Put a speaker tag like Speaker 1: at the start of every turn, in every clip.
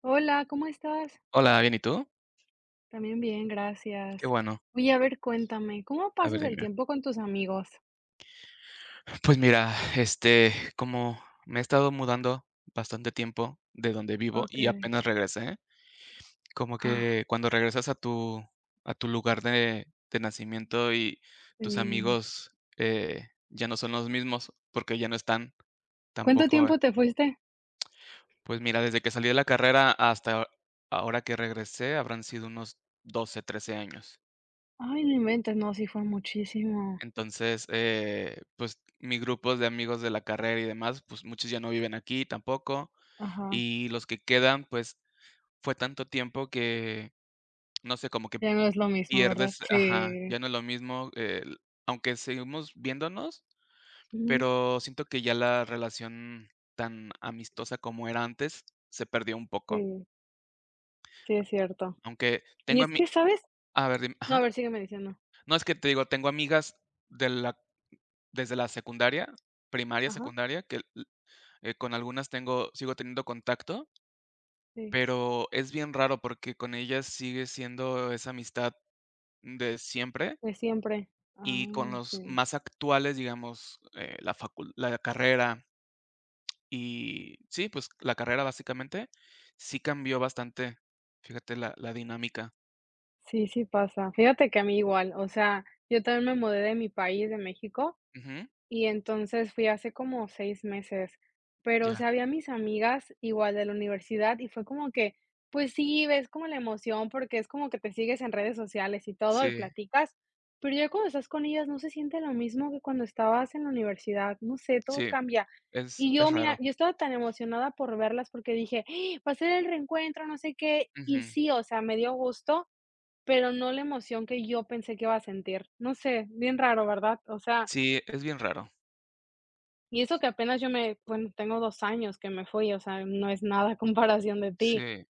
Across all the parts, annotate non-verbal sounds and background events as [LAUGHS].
Speaker 1: Hola, ¿cómo estás?
Speaker 2: Hola, bien, ¿y tú?
Speaker 1: También bien, gracias.
Speaker 2: Qué bueno.
Speaker 1: Oye, a ver, cuéntame, ¿cómo
Speaker 2: A ver,
Speaker 1: pasas el
Speaker 2: dime.
Speaker 1: tiempo con tus amigos?
Speaker 2: Pues mira, este, como me he estado mudando bastante tiempo de donde vivo y
Speaker 1: Okey.
Speaker 2: apenas regresé, como
Speaker 1: Ah,
Speaker 2: que cuando regresas a tu lugar de nacimiento y tus
Speaker 1: sí.
Speaker 2: amigos, ya no son los mismos, porque ya no están
Speaker 1: ¿Cuánto
Speaker 2: tampoco. eh,
Speaker 1: tiempo te fuiste?
Speaker 2: pues mira, desde que salí de la carrera hasta ahora que regresé habrán sido unos 12, 13 años.
Speaker 1: Ay, no inventes, no, sí fue muchísimo.
Speaker 2: Entonces, pues, mi grupo de amigos de la carrera y demás, pues, muchos ya no viven aquí tampoco,
Speaker 1: Ajá,
Speaker 2: y los que quedan, pues, fue tanto tiempo que, no sé, como que
Speaker 1: ya no es lo mismo, ¿verdad?
Speaker 2: pierdes, ajá,
Speaker 1: Sí.
Speaker 2: ya no es lo mismo, el aunque seguimos viéndonos,
Speaker 1: Ujú,
Speaker 2: pero siento que ya la relación tan amistosa como era antes se perdió un poco.
Speaker 1: sí, sí es cierto.
Speaker 2: Aunque
Speaker 1: Y
Speaker 2: tengo
Speaker 1: es que, ¿sabes?
Speaker 2: a ver, dime.
Speaker 1: No, a
Speaker 2: Ajá.
Speaker 1: ver, sígueme diciendo.
Speaker 2: No, es que te digo, tengo amigas de la desde la secundaria, primaria,
Speaker 1: Ajá,
Speaker 2: secundaria, que con algunas tengo sigo teniendo contacto,
Speaker 1: sí,
Speaker 2: pero es bien raro porque con ellas sigue siendo esa amistad de siempre.
Speaker 1: de siempre. Ah,
Speaker 2: Y con los
Speaker 1: sí.
Speaker 2: más actuales, digamos, la carrera, y sí, pues, la carrera básicamente sí cambió bastante, fíjate, la dinámica.
Speaker 1: Sí, sí pasa. Fíjate que a mí igual, o sea, yo también me mudé de mi país, de México.
Speaker 2: Ujú,
Speaker 1: Y entonces fui hace como 6 meses, pero, o
Speaker 2: ya.
Speaker 1: sea, había mis amigas igual de la universidad y fue como que, pues sí, ves como la emoción, porque es como que te sigues en redes sociales y todo y
Speaker 2: Sí,
Speaker 1: platicas, pero ya cuando estás con ellas no se siente lo mismo que cuando estabas en la universidad, no sé, todo
Speaker 2: sí,
Speaker 1: cambia.
Speaker 2: es
Speaker 1: Y yo,
Speaker 2: es
Speaker 1: mira,
Speaker 2: raro.
Speaker 1: yo estaba tan emocionada por verlas porque dije: ¡ah! "Va a ser el reencuentro, no sé qué", y
Speaker 2: Ujú.
Speaker 1: sí, o sea, me dio gusto, pero no la emoción que yo pensé que iba a sentir. No sé, bien raro, ¿verdad? O sea,
Speaker 2: Sí, es bien raro.
Speaker 1: y eso que apenas yo me bueno, tengo 2 años que me fui, o sea, no es nada [LAUGHS] a comparación de ti,
Speaker 2: Sí,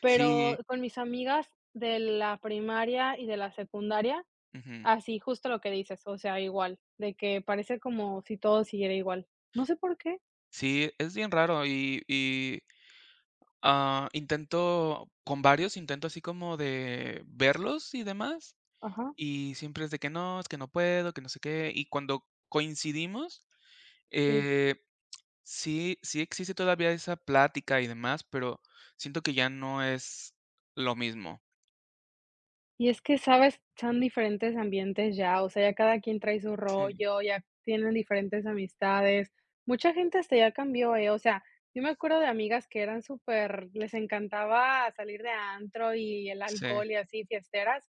Speaker 1: pero
Speaker 2: sí,
Speaker 1: con mis amigas de la primaria y de la secundaria,
Speaker 2: ujú.
Speaker 1: así justo lo que dices, o sea, igual, de que parece como si todo siguiera igual. No sé por qué.
Speaker 2: Sí, es bien raro, intento con varios, intento así como de verlos y demás,
Speaker 1: Ajá,
Speaker 2: y siempre es de que no, es que no puedo, que no sé qué, y cuando coincidimos,
Speaker 1: sí.
Speaker 2: eh, sí, sí existe todavía esa plática y demás, pero siento que ya no es lo mismo.
Speaker 1: Y es que, ¿sabes? Son diferentes ambientes ya, o sea, ya cada quien trae su
Speaker 2: Sí,
Speaker 1: rollo, ya tienen diferentes amistades. Mucha gente hasta ya cambió, ¿eh? O sea, yo me acuerdo de amigas que eran súper, les encantaba salir de antro y el
Speaker 2: sí,
Speaker 1: alcohol y así, fiesteras.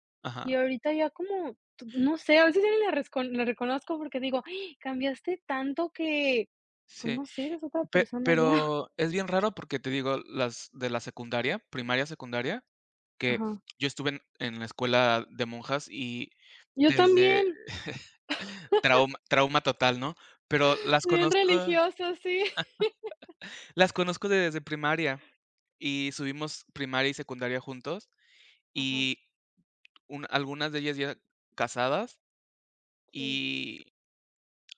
Speaker 1: Y
Speaker 2: ajá,
Speaker 1: ahorita ya como, t- no sé, a veces ya ni la, rescon- la reconozco porque digo, "Ay, cambiaste tanto que, pues
Speaker 2: sí.
Speaker 1: no sé, eres otra
Speaker 2: Pe-
Speaker 1: persona ya.
Speaker 2: pero es bien raro porque te digo, las de la secundaria, primaria, secundaria, que
Speaker 1: Ajá.
Speaker 2: yo estuve en la escuela de monjas
Speaker 1: Yo
Speaker 2: desde...
Speaker 1: también,
Speaker 2: [LAUGHS] Trauma trauma total, ¿no? Pero las
Speaker 1: bien
Speaker 2: conozco
Speaker 1: religiosa, sí.
Speaker 2: las conozco desde primaria, y subimos primaria y secundaria juntos,
Speaker 1: Ajá,
Speaker 2: y un algunas de ellas ya casadas,
Speaker 1: sí,
Speaker 2: y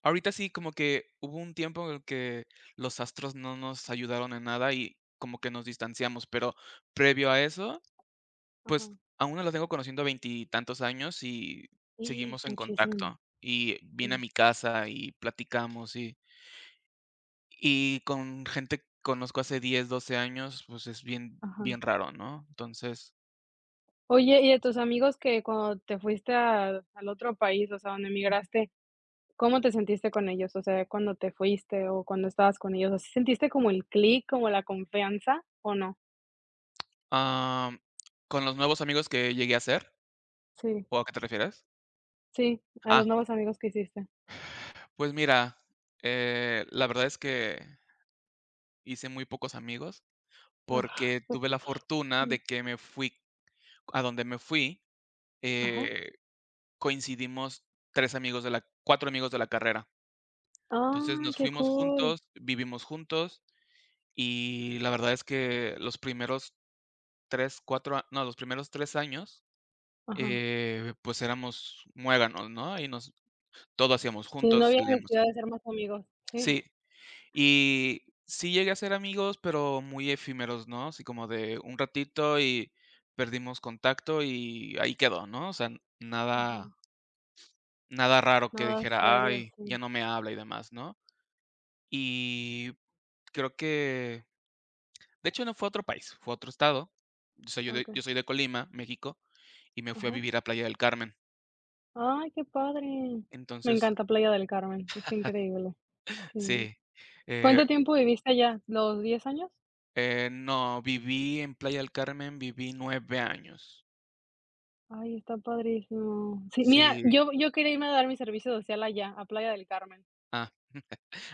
Speaker 2: ahorita sí, como que hubo un tiempo en el que los astros no nos ayudaron en nada y como que nos distanciamos, pero previo a eso,
Speaker 1: ajá.
Speaker 2: pues, aún no las tengo conociendo veintitantos años y
Speaker 1: Sí,
Speaker 2: seguimos en
Speaker 1: muchísimo,
Speaker 2: contacto, y viene a
Speaker 1: sí,
Speaker 2: mi casa y platicamos. Y con gente que conozco hace 10, 12 años, pues, es bien
Speaker 1: ajá.
Speaker 2: bien raro, ¿no? Entonces,
Speaker 1: Oye, y de tus amigos que cuando te fuiste a al otro país, o sea, donde emigraste, ¿cómo te sentiste con ellos? O sea, cuando te fuiste o cuando estabas con ellos, ¿así sentiste como el clic, como la confianza o no?
Speaker 2: am, con los nuevos amigos que llegué a hacer,
Speaker 1: Sí,
Speaker 2: ¿o a qué te refieres?
Speaker 1: sí, a
Speaker 2: Ah,
Speaker 1: los nuevos amigos que hiciste.
Speaker 2: pues mira, la verdad es que hice muy pocos amigos, porque
Speaker 1: Ajá,
Speaker 2: tuve la fortuna
Speaker 1: mm,
Speaker 2: de
Speaker 1: [LAUGHS]
Speaker 2: que me fui a donde me fui,
Speaker 1: ajá.
Speaker 2: eh, coincidimos 3 amigos de la 4 amigos de la carrera. Entonces,
Speaker 1: Ay,
Speaker 2: nos
Speaker 1: qué
Speaker 2: fuimos
Speaker 1: cool.
Speaker 2: juntos, vivimos juntos, y la verdad es que los primeros 3 4 a no, los primeros 3 años,
Speaker 1: Ajá.
Speaker 2: pues éramos muéganos, ¿no? Y nos todo hacíamos
Speaker 1: Sí,
Speaker 2: juntos,
Speaker 1: no había
Speaker 2: salíamos.
Speaker 1: necesidad de ser más amigos. Sí,
Speaker 2: Sí, y sí llegué a ser amigos, pero muy efímeros, ¿no? Así como de un ratito y perdimos contacto y ahí quedó, ¿no? O sea, n-
Speaker 1: ajá.
Speaker 2: nada nada raro que
Speaker 1: Nada
Speaker 2: dijera:
Speaker 1: serio,
Speaker 2: "Ay,
Speaker 1: sí.
Speaker 2: ya no me habla", y demás, ¿no? Y creo que, de hecho, no fue a otro país, fue a otro estado. O sea,
Speaker 1: Okey,
Speaker 2: yo soy de Colima, México, y me fui a
Speaker 1: ajá.
Speaker 2: vivir a Playa del Carmen.
Speaker 1: Ay, qué padre. Me
Speaker 2: Entonces,
Speaker 1: encanta Playa del Carmen, es increíble, sí.
Speaker 2: sí, eh
Speaker 1: ¿Cuánto tiempo viviste allá? ¿Los 10 años?
Speaker 2: no, viví en Playa del Carmen, viví 9 años.
Speaker 1: Ay, está padrísimo. Sí, mira,
Speaker 2: Sí,
Speaker 1: yo quería irme a dar mi servicio social allá, a Playa del Carmen.
Speaker 2: ah,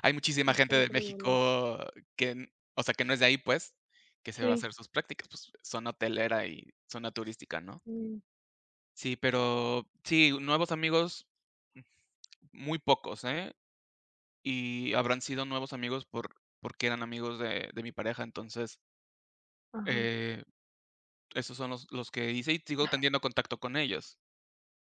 Speaker 2: hay muchísima
Speaker 1: Está
Speaker 2: gente de
Speaker 1: increíble.
Speaker 2: México que n o sea, que no es de ahí, pues, que se va a
Speaker 1: Sí,
Speaker 2: hacer sus prácticas, pues, zona hotelera y zona turística, ¿no?
Speaker 1: mm,
Speaker 2: Sí, pero sí, nuevos amigos, mm, muy pocos, ¿eh? Y habrán sido nuevos amigos porque eran amigos de mi pareja. Entonces,
Speaker 1: ajá.
Speaker 2: eh, esos son los que hice y sigo teniendo contacto con ellos.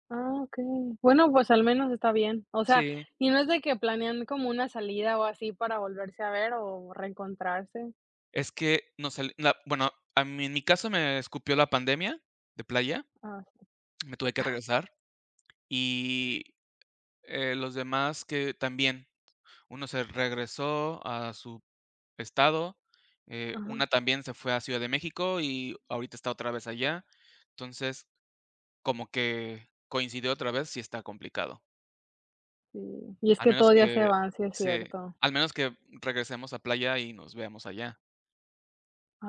Speaker 1: Ah, okey. Bueno, pues al menos está bien. O sea,
Speaker 2: Sí.
Speaker 1: ¿y no es de que planean como una salida o así para volverse a ver o reencontrarse?
Speaker 2: Es que nos sal la bueno, a mí en mi caso me escupió la pandemia de playa,
Speaker 1: Ah,
Speaker 2: me tuve que regresar, y, los demás que también, uno se regresó a su estado,
Speaker 1: ajá,
Speaker 2: una también se fue a Ciudad de México y ahorita está otra vez allá. Entonces, como que coincidió otra vez, sí está complicado.
Speaker 1: sí. Y es
Speaker 2: Al
Speaker 1: que
Speaker 2: menos
Speaker 1: todos ya se
Speaker 2: que
Speaker 1: van, sí es
Speaker 2: se
Speaker 1: cierto.
Speaker 2: Al menos que regresemos a playa y nos veamos allá.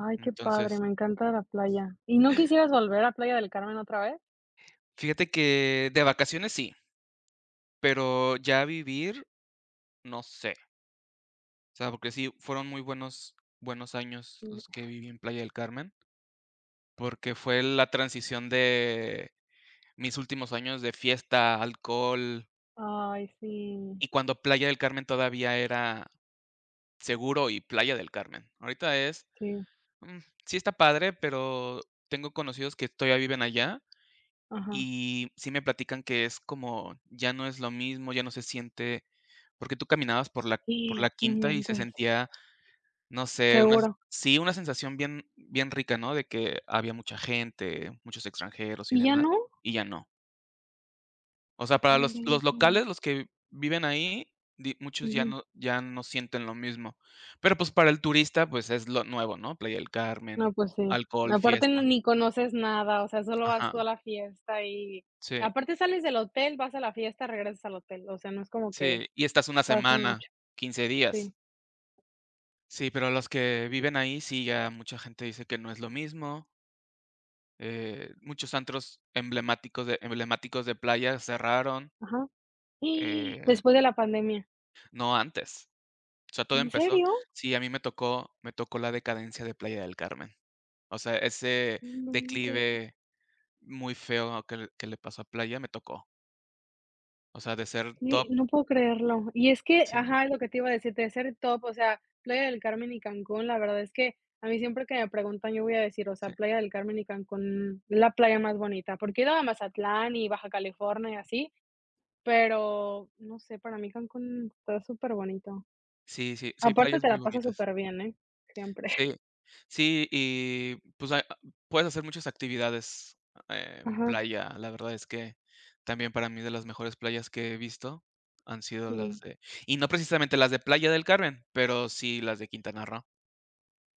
Speaker 1: Ay, qué padre,
Speaker 2: Entonces,
Speaker 1: me encanta la playa. ¿Y no quisieras volver a Playa del Carmen otra vez?
Speaker 2: fíjate que de vacaciones sí. Pero ya vivir, no sé. O sea, porque sí fueron muy buenos años
Speaker 1: Mm,
Speaker 2: los que viví en Playa del Carmen, porque fue la transición de mis últimos años de fiesta, alcohol,
Speaker 1: ay, sí,
Speaker 2: y cuando Playa del Carmen todavía era seguro y Playa del Carmen. Ahorita es,
Speaker 1: sí,
Speaker 2: mm, sí está padre, pero tengo conocidos que todavía viven allá
Speaker 1: ajá.
Speaker 2: y sí me platican que es como ya no es lo mismo, ya no se siente, porque tú caminabas por la por
Speaker 1: Y
Speaker 2: la
Speaker 1: no
Speaker 2: quinta y se
Speaker 1: inventes,
Speaker 2: sentía, no sé, una
Speaker 1: seguro.
Speaker 2: sí, una sensación bien bien rica, ¿no? De que había mucha gente, muchos extranjeros y
Speaker 1: ¿Y ya
Speaker 2: demás,
Speaker 1: no?
Speaker 2: y ya no. O sea,
Speaker 1: No
Speaker 2: para los
Speaker 1: inventes.
Speaker 2: locales, los que viven ahí, di muchos ya
Speaker 1: Ujú.
Speaker 2: no ya no sienten lo mismo. Pero, pues, para el turista, pues, es lo nuevo, ¿no? Playa del
Speaker 1: No,
Speaker 2: Carmen,
Speaker 1: pues sí.
Speaker 2: alcohol,
Speaker 1: Aparte no
Speaker 2: fiesta.
Speaker 1: ni conoces nada, o sea, solo vas
Speaker 2: Ajá,
Speaker 1: tú a la fiesta y
Speaker 2: sí,
Speaker 1: aparte sales del hotel, vas a la fiesta, regresas al hotel, o sea, no es como que
Speaker 2: sí, y estás una
Speaker 1: pasa
Speaker 2: semana,
Speaker 1: mucho.
Speaker 2: 15 días.
Speaker 1: Sí,
Speaker 2: Sí, pero los que viven ahí, sí, ya mucha gente dice que no es lo mismo. Muchos antros emblemáticos de playa cerraron,
Speaker 1: ajá. [GASPS]
Speaker 2: eh,
Speaker 1: ¿Después de la pandemia,
Speaker 2: no antes. O sea, todo
Speaker 1: ¿en
Speaker 2: empezó,
Speaker 1: serio?
Speaker 2: sí, a mí me tocó la decadencia de Playa del Carmen. O sea, ese
Speaker 1: No inventes.
Speaker 2: declive muy feo que le pasó a Playa me tocó. O sea, de ser
Speaker 1: Y
Speaker 2: top,
Speaker 1: no puedo creerlo. Y es que,
Speaker 2: sí,
Speaker 1: ajá, lo que te iba a decir, de ser top, o sea, Playa del Carmen y Cancún, la verdad es que a mí siempre que me preguntan, yo voy a decir, o sea,
Speaker 2: sí.
Speaker 1: Playa del Carmen y Cancún, la playa más bonita, porque he ido a Mazatlán y Baja California y así, pero no sé, para mí Cancún está súper bonito.
Speaker 2: Sí, sí, sí hay
Speaker 1: Aparte
Speaker 2: playas
Speaker 1: te
Speaker 2: muy
Speaker 1: la pasas
Speaker 2: bonitas.
Speaker 1: súper bien, ¿eh? Siempre.
Speaker 2: Sí,
Speaker 1: [LAUGHS]
Speaker 2: sí, y pues, puedes hacer muchas actividades en
Speaker 1: Ajá,
Speaker 2: playa. La verdad es que también para mí, de las mejores playas que he visto, han sido las
Speaker 1: sí,
Speaker 2: de, y no precisamente las de Playa del Carmen, pero sí las de Quintana Roo.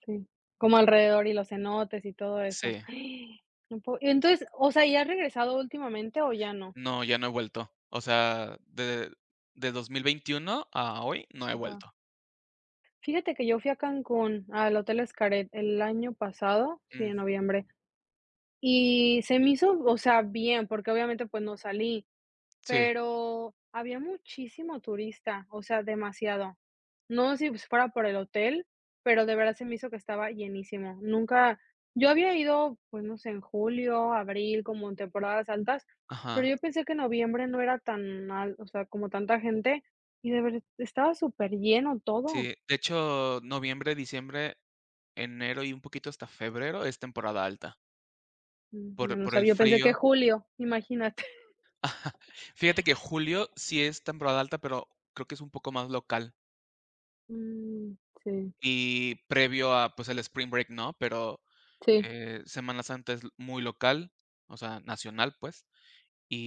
Speaker 1: sí. Como alrededor y los cenotes y todo
Speaker 2: Sí,
Speaker 1: eso. [GASPS] No puedo. Entonces, o sea, ¿ya has regresado últimamente o ya no?
Speaker 2: no, ya no he vuelto. O sea, de 2021 a hoy no he
Speaker 1: Ajá.
Speaker 2: vuelto.
Speaker 1: Fíjate que yo fui a Cancún, al Hotel Xcaret, el año pasado, sí,
Speaker 2: Mm,
Speaker 1: en noviembre, y se me hizo, o sea, bien, porque obviamente, pues, no salí,
Speaker 2: sí,
Speaker 1: pero había muchísimo turista, o sea, demasiado. No sé si pues, fuera por el hotel, pero de verdad se me hizo que estaba llenísimo. Nunca yo había ido, pues, no sé, en julio, abril, como en temporadas altas, pero
Speaker 2: ajá,
Speaker 1: yo pensé que noviembre no era tan al o sea, como tanta gente, y de verdad estaba súper lleno todo.
Speaker 2: sí. De hecho, noviembre, diciembre, enero y un poquito hasta febrero es temporada alta
Speaker 1: Mm, yo
Speaker 2: por
Speaker 1: no
Speaker 2: por el
Speaker 1: sabía, yo pensé que
Speaker 2: frío.
Speaker 1: julio, imagínate.
Speaker 2: Fíjate que julio sí es temporada alta, pero creo que es un poco más local
Speaker 1: Mm, sí,
Speaker 2: y previo a, pues, el spring break, ¿no? Pero,
Speaker 1: sí,
Speaker 2: Semana Santa es muy local, o sea, nacional, pues,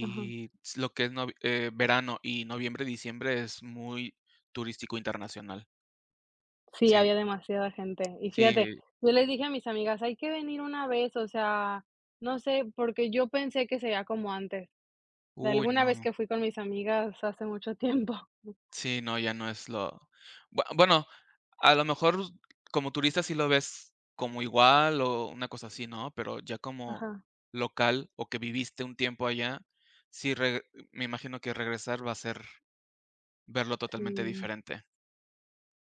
Speaker 1: ajá.
Speaker 2: s lo que es novie verano y noviembre, diciembre es muy turístico internacional.
Speaker 1: Sí,
Speaker 2: Sí,
Speaker 1: había demasiada gente. Y fíjate,
Speaker 2: sí.
Speaker 1: yo les dije a mis amigas: "Hay que venir una vez", o sea, no sé, porque yo pensé que sería como antes, de
Speaker 2: Uy,
Speaker 1: alguna vez
Speaker 2: no.
Speaker 1: que fui con mis amigas hace mucho tiempo. [LAUGHS]
Speaker 2: Sí, no, ya no es lo bueno, a lo mejor como turista sí lo ves como igual o una cosa así, ¿no? Pero ya como
Speaker 1: Ajá,
Speaker 2: local o que viviste un tiempo allá, sí, re me imagino que regresar va a ser verlo totalmente
Speaker 1: sí.
Speaker 2: diferente.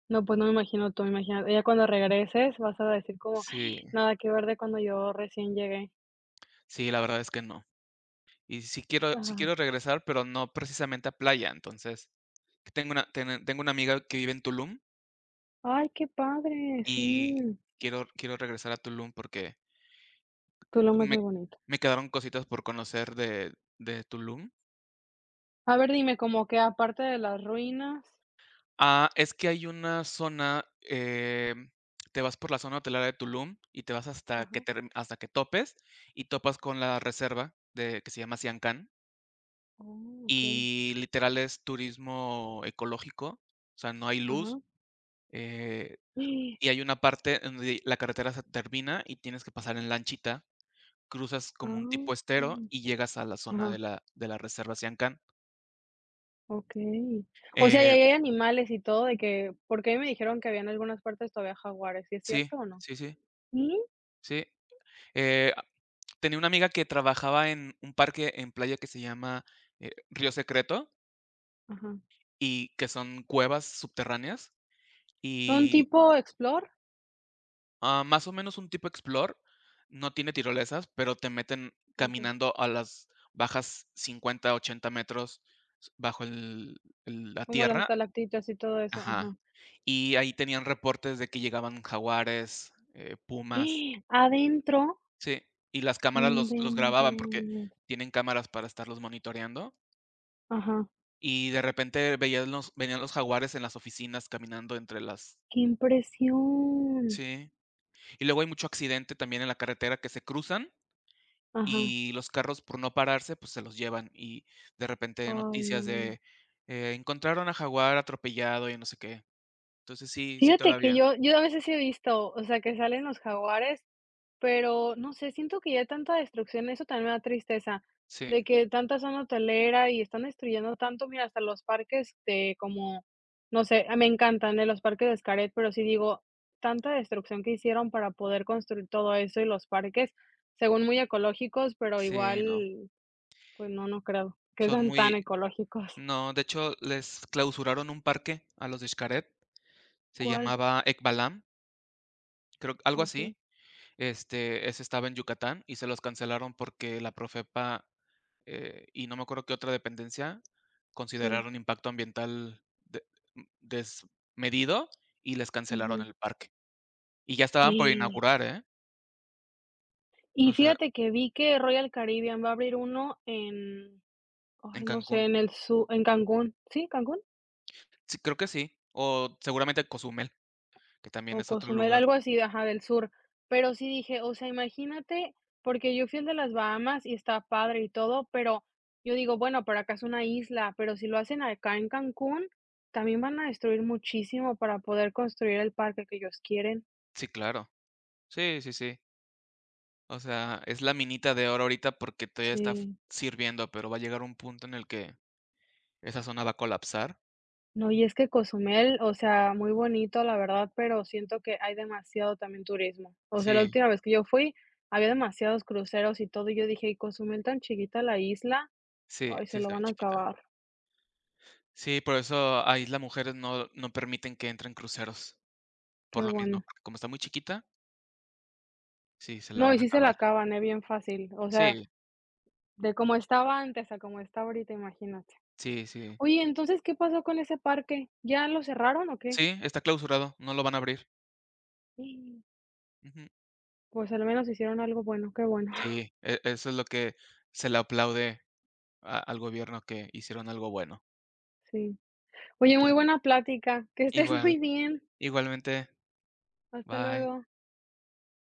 Speaker 1: No, pues, no me imagino tú, imagínate, ya cuando regreses vas a decir como: [GASPS]
Speaker 2: Sí,
Speaker 1: "Ay, nada que ver de cuando yo recién llegué".
Speaker 2: sí, la verdad es que no. Y sí quiero sí
Speaker 1: Ajá.
Speaker 2: quiero regresar, pero no precisamente a playa. Entonces, tengo una ten tengo una amiga que vive en Tulum,
Speaker 1: Ay, qué padre,
Speaker 2: y
Speaker 1: sí.
Speaker 2: quiero regresar a Tulum porque
Speaker 1: Tulum es muy
Speaker 2: Me
Speaker 1: bonito.
Speaker 2: me quedaron cositas por conocer de Tulum.
Speaker 1: A ver, dime, como que aparte de las ruinas
Speaker 2: Ah, es que hay una zona, te vas por la zona hotelera de Tulum y te vas
Speaker 1: ajá,
Speaker 2: hasta que topes, y topas con la reserva de que se llama Siancán,
Speaker 1: oh, okey,
Speaker 2: y literal es turismo ecológico, o sea, no hay luz,
Speaker 1: ajá,
Speaker 2: eh,
Speaker 1: [GASPS] ¡eh!
Speaker 2: y hay una parte en donde la carretera se termina y tienes que pasar en lanchita, cruzas como un
Speaker 1: Ah,
Speaker 2: tipo estero
Speaker 1: mm,
Speaker 2: y llegas a la zona
Speaker 1: ajá,
Speaker 2: de la reserva Siancán.
Speaker 1: okey. O sea, ¿y
Speaker 2: Eh,
Speaker 1: ahí hay animales y todo de que? Porque a mí me dijeron que había en algunas partes todavía jaguares, ¿sí es
Speaker 2: sí,
Speaker 1: cierto o no?
Speaker 2: sí, sí.
Speaker 1: ¿Sí?
Speaker 2: Sí, eh, tenía una amiga que trabajaba en un parque en playa que se llama, Río Secreto,
Speaker 1: Ajá,
Speaker 2: y que son cuevas subterráneas.
Speaker 1: ¿son
Speaker 2: Y,
Speaker 1: tipo explore?
Speaker 2: más o menos un tipo explore, no tiene tirolesas, pero te meten
Speaker 1: Okey,
Speaker 2: caminando, a las bajas 50, 80 metros s bajo el la
Speaker 1: como las
Speaker 2: tierra
Speaker 1: estalactitas y todo eso,
Speaker 2: ajá,
Speaker 1: ajá.
Speaker 2: y ahí tenían reportes de que llegaban jaguares,
Speaker 1: [GASPS]
Speaker 2: pumas,
Speaker 1: ¡Eh! ¿Adentro?
Speaker 2: sí, y las
Speaker 1: No
Speaker 2: cámaras los grababan porque
Speaker 1: inventes.
Speaker 2: tienen cámaras para estarlos monitoreando.
Speaker 1: Ajá,
Speaker 2: Y de repente veías los venían los jaguares en las oficinas caminando entre las,
Speaker 1: qué impresión.
Speaker 2: sí. Y luego hay mucho accidente también en la carretera, que se cruzan,
Speaker 1: Ajá,
Speaker 2: y los carros por no pararse, pues, se los llevan, y de repente
Speaker 1: ay,
Speaker 2: noticias
Speaker 1: no.
Speaker 2: de, encontraron a jaguar atropellado y no sé qué. Entonces sí, sí
Speaker 1: Fíjate que
Speaker 2: todavía.
Speaker 1: yo a veces sí he visto, o sea, que salen los jaguares, pero no sé, siento que ya hay tanta destrucción, eso también me da tristeza,
Speaker 2: Sí,
Speaker 1: de que tanta zona hotelera y están destruyendo tanto, mira, hasta los parques de como, no sé, ah, me encantan, de los parques de Xcaret, pero sí digo, tanta destrucción que hicieron para poder construir todo eso y los parques, según muy ecológicos, pero
Speaker 2: sí, no.
Speaker 1: igual, pues no, no creo que
Speaker 2: Son
Speaker 1: sean
Speaker 2: muy,
Speaker 1: tan ecológicos.
Speaker 2: no, de hecho, les clausuraron un parque a los de Xcaret, se
Speaker 1: ¿Cuál?
Speaker 2: llamaba Ekbalam, creo, algo
Speaker 1: Okey,
Speaker 2: así. Ese estaba en Yucatán y se los cancelaron porque la Profepa, y no me acuerdo qué otra dependencia,
Speaker 1: sí,
Speaker 2: consideraron impacto ambiental desmedido, y les cancelaron
Speaker 1: ujú.
Speaker 2: el parque. Y ya estaban por inaugurar, ¿eh?
Speaker 1: Y
Speaker 2: O sea,
Speaker 1: fíjate que vi que Royal Caribbean va a abrir uno en, ay,
Speaker 2: en
Speaker 1: no sé,
Speaker 2: Cancún.
Speaker 1: en el su en Cancún, ¿sí, Cancún?
Speaker 2: Sí, creo que sí. O seguramente Cozumel, que también
Speaker 1: O
Speaker 2: es otro
Speaker 1: Cozumel,
Speaker 2: lugar.
Speaker 1: algo así, de- ajá, del sur. Pero sí dije, o sea, imagínate, porque yo fui al de las Bahamas y está padre y todo, pero yo digo, bueno, pero acá es una isla, pero si lo hacen acá en Cancún, también van a destruir muchísimo para poder construir el parque que ellos quieren.
Speaker 2: Sí, claro. Sí, sí, sí. O sea, es la minita de oro ahorita porque todavía está
Speaker 1: Sí.
Speaker 2: sirviendo, pero va a llegar un punto en el que esa zona va a colapsar.
Speaker 1: No, y es que Cozumel, o sea, muy bonito, la verdad, pero siento que hay demasiado también turismo. O sea, la
Speaker 2: Sí,
Speaker 1: última vez que yo fui, había demasiados cruceros y todo, y yo dije, ¿y Cozumel tan chiquita la isla?
Speaker 2: sí,
Speaker 1: Ay,
Speaker 2: sí,
Speaker 1: se lo
Speaker 2: está bien
Speaker 1: van a
Speaker 2: chiquita.
Speaker 1: acabar.
Speaker 2: Sí, por eso a Isla Mujeres no, no permiten que entren cruceros. Por
Speaker 1: Qué
Speaker 2: lo mismo,
Speaker 1: bueno.
Speaker 2: porque como está muy chiquita, sí, se la
Speaker 1: No,
Speaker 2: van
Speaker 1: y
Speaker 2: a
Speaker 1: sí se la
Speaker 2: acabar.
Speaker 1: acaban, bien fácil. O sea,
Speaker 2: Sí,
Speaker 1: de como estaba antes a como está ahorita, imagínate.
Speaker 2: sí, sí.
Speaker 1: Oye, entonces, ¿qué pasó con ese parque? ¿Ya lo cerraron o qué?
Speaker 2: Sí, está clausurado, no lo van a abrir.
Speaker 1: Mm,
Speaker 2: Ujú.
Speaker 1: pues al menos hicieron algo bueno, qué bueno. [LAUGHS]
Speaker 2: Sí, eso es lo que se le aplaude a al gobierno, que hicieron algo bueno.
Speaker 1: Sí. Oye, muy
Speaker 2: Pues,
Speaker 1: buena plática. Que estés
Speaker 2: igual,
Speaker 1: muy bien.
Speaker 2: igualmente,
Speaker 1: Hasta
Speaker 2: bye.
Speaker 1: luego.